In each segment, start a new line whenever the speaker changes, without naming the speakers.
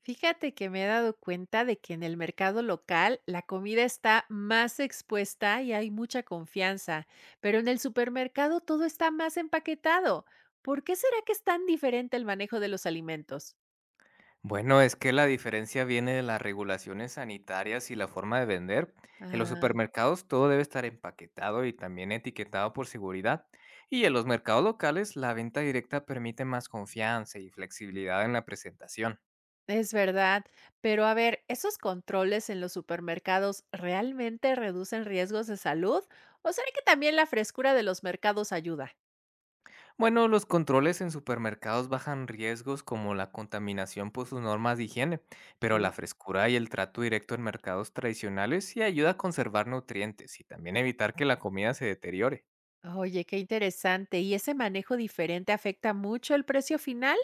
Fíjate que me he dado cuenta de que en el mercado local la comida está más expuesta y hay mucha confianza, pero en el supermercado todo está más empaquetado. ¿Por qué será que es tan diferente el manejo de los alimentos?
Bueno, es que la diferencia viene de las regulaciones sanitarias y la forma de vender. En los
Ah,
supermercados todo debe estar empaquetado y también etiquetado por seguridad. Y en los mercados locales la venta directa permite más confianza y flexibilidad en la presentación.
es verdad, pero a ver, ¿esos controles en los supermercados realmente reducen riesgos de salud? ¿O será que también la frescura de los mercados ayuda?
Bueno, los controles en supermercados bajan riesgos como la contaminación por sus normas de higiene, pero
Sí.
la frescura y el trato directo en mercados tradicionales sí ayuda a conservar nutrientes y también evitar que la comida se deteriore.
Oye, qué interesante. ¿Y ese manejo diferente afecta mucho el precio final?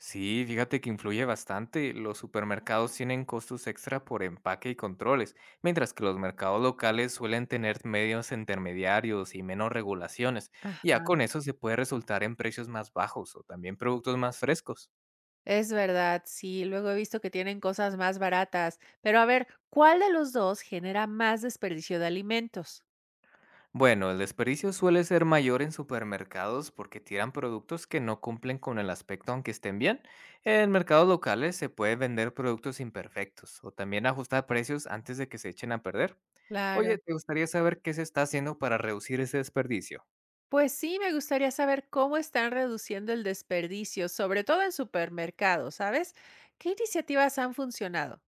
Sí, fíjate que influye bastante. Los supermercados tienen costos extra por empaque y controles, mientras que los mercados locales suelen tener medios intermediarios y menos regulaciones. Y ya
Ajá.
con eso se puede resultar en precios más bajos o también productos más frescos.
Es verdad, sí, luego he visto que tienen cosas más baratas, pero a ver, ¿cuál de los dos genera más desperdicio de alimentos?
Bueno, el desperdicio suele ser mayor en supermercados porque tiran productos que no cumplen con el aspecto aunque estén bien. En mercados locales se puede vender productos imperfectos o también ajustar precios antes de que se echen a perder.
Claro.
Oye, ¿te gustaría saber qué se está haciendo para reducir ese desperdicio?
Pues sí, me gustaría saber cómo están reduciendo el desperdicio, sobre todo en supermercados, ¿sabes? ¿Qué iniciativas han funcionado?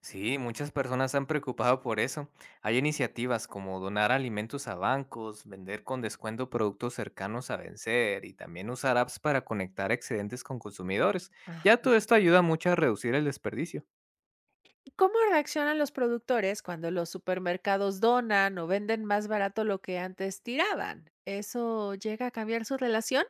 Sí, muchas personas se han preocupado por eso. Hay iniciativas como donar alimentos a bancos, vender con descuento productos cercanos a vencer y también usar apps para conectar excedentes con consumidores.
Ah.
Ya todo esto ayuda mucho a reducir el desperdicio.
¿Y cómo reaccionan los productores cuando los supermercados donan o venden más barato lo que antes tiraban? ¿Eso llega a cambiar su relación?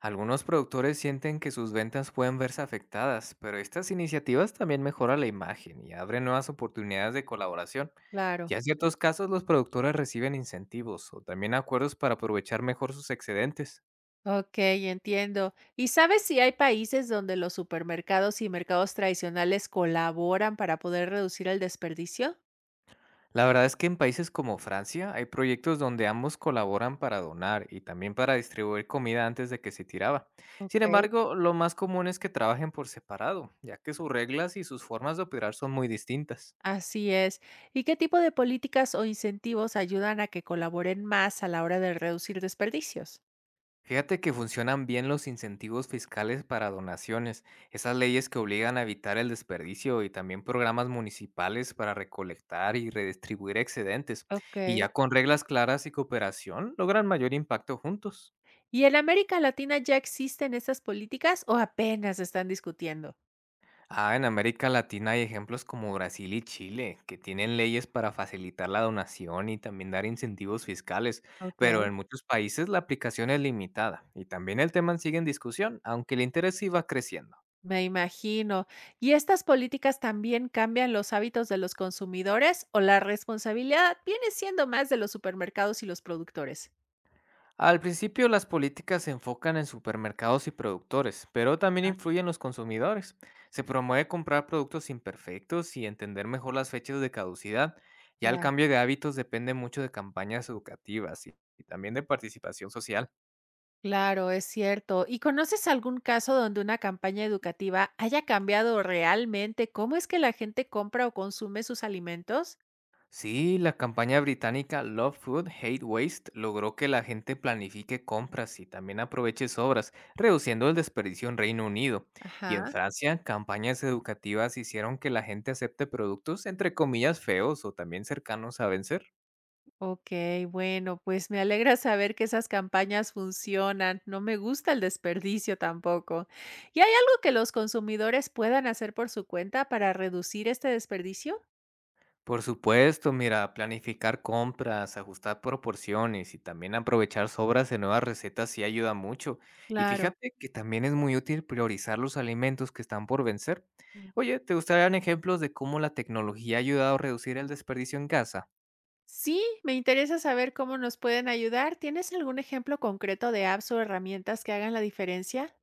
Algunos productores sienten que sus ventas pueden verse afectadas, pero estas iniciativas también mejoran la imagen y abren nuevas oportunidades de colaboración.
Claro.
Ya en ciertos casos los productores reciben incentivos o también acuerdos para aprovechar mejor sus excedentes.
Ok, entiendo. ¿Y sabes si hay países donde los supermercados y mercados tradicionales colaboran para poder reducir el desperdicio?
La verdad es que en países como Francia hay proyectos donde ambos colaboran para donar y también para distribuir comida antes de que se tiraba.
Ok.
Sin embargo, lo más común es que trabajen por separado, ya que sus reglas y sus formas de operar son muy distintas.
Así es. ¿Y qué tipo de políticas o incentivos ayudan a que colaboren más a la hora de reducir desperdicios?
Fíjate que funcionan bien los incentivos fiscales para donaciones, esas leyes que obligan a evitar el desperdicio y también programas municipales para recolectar y redistribuir excedentes. Y
Ok.
ya con reglas claras y cooperación logran mayor impacto juntos.
¿Y en América Latina ya existen estas políticas o apenas se están discutiendo?
Ah, en América Latina hay ejemplos como Brasil y Chile, que tienen leyes para facilitar la donación y también dar incentivos fiscales,
Ok.
pero en muchos países la aplicación es limitada y también el tema sigue en discusión, aunque el interés iba creciendo.
Me imagino. ¿Y estas políticas también cambian los hábitos de los consumidores o la responsabilidad viene siendo más de los supermercados y los productores?
Al principio las políticas se enfocan en supermercados y productores, pero también
Ah.
influyen los consumidores. Se promueve comprar productos imperfectos y entender mejor las fechas de caducidad. Ya el
Ya,
cambio de hábitos depende mucho de campañas educativas y también de participación social.
claro, es cierto. ¿Y conoces algún caso donde una campaña educativa haya cambiado realmente cómo es que la gente compra o consume sus alimentos?
Sí, la campaña británica Love Food, Hate Waste logró que la gente planifique compras y también aproveche sobras, reduciendo el desperdicio en Reino Unido. Y en
Ajá.
Francia, campañas educativas hicieron que la gente acepte productos entre comillas feos o también cercanos a vencer.
Ok, bueno, pues me alegra saber que esas campañas funcionan. No me gusta el desperdicio tampoco. ¿Y hay algo que los consumidores puedan hacer por su cuenta para reducir este desperdicio?
Por supuesto, mira, planificar compras, ajustar proporciones y también aprovechar sobras de nuevas recetas sí ayuda mucho. Y
Claro.
fíjate que también es muy útil priorizar los alimentos que están por vencer.
Mm.
Oye, ¿te gustarían ejemplos de cómo la tecnología ha ayudado a reducir el desperdicio en casa?
Sí, me interesa saber cómo nos pueden ayudar. ¿Tienes algún ejemplo concreto de apps o herramientas que hagan la diferencia?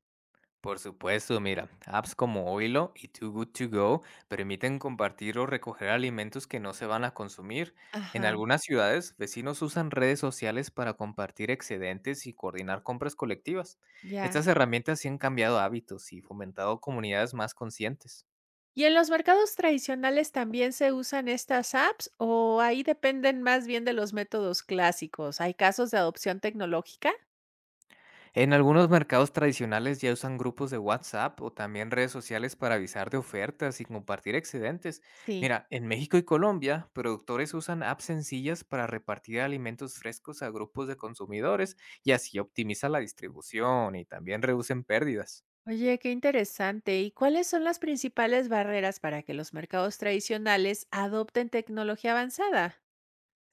Por supuesto, mira, apps como Oilo y Too Good To Go permiten compartir o recoger alimentos que no se van a consumir. En
Ajá,
algunas ciudades, vecinos usan redes sociales para compartir excedentes y coordinar compras colectivas.
ya.
Estas herramientas sí han cambiado hábitos y fomentado comunidades más conscientes.
¿Y en los mercados tradicionales también se usan estas apps o ahí dependen más bien de los métodos clásicos? ¿Hay casos de adopción tecnológica?
En algunos mercados tradicionales ya usan grupos de WhatsApp o también redes sociales para avisar de ofertas y compartir excedentes.
Sí.
Mira, en México y Colombia, productores usan apps sencillas para repartir alimentos frescos a grupos de consumidores y así optimizan la distribución y también reducen pérdidas.
Oye, qué interesante. ¿Y cuáles son las principales barreras para que los mercados tradicionales adopten tecnología avanzada?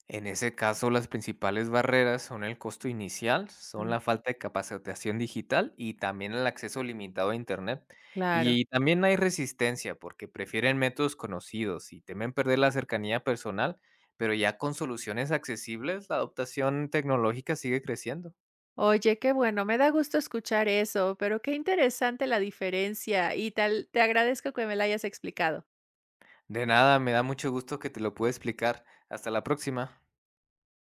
En ese caso, las principales barreras son el costo inicial, son
Mm,
la falta de capacitación digital y también el acceso limitado a Internet.
claro.
Y también hay resistencia porque prefieren métodos conocidos y temen perder la cercanía personal, pero ya con soluciones accesibles, la adoptación tecnológica sigue creciendo.
Oye, qué bueno, me da gusto escuchar eso, pero qué interesante la diferencia y tal, te agradezco que me la hayas explicado.
De nada, me da mucho gusto que te lo pude explicar. Hasta la próxima.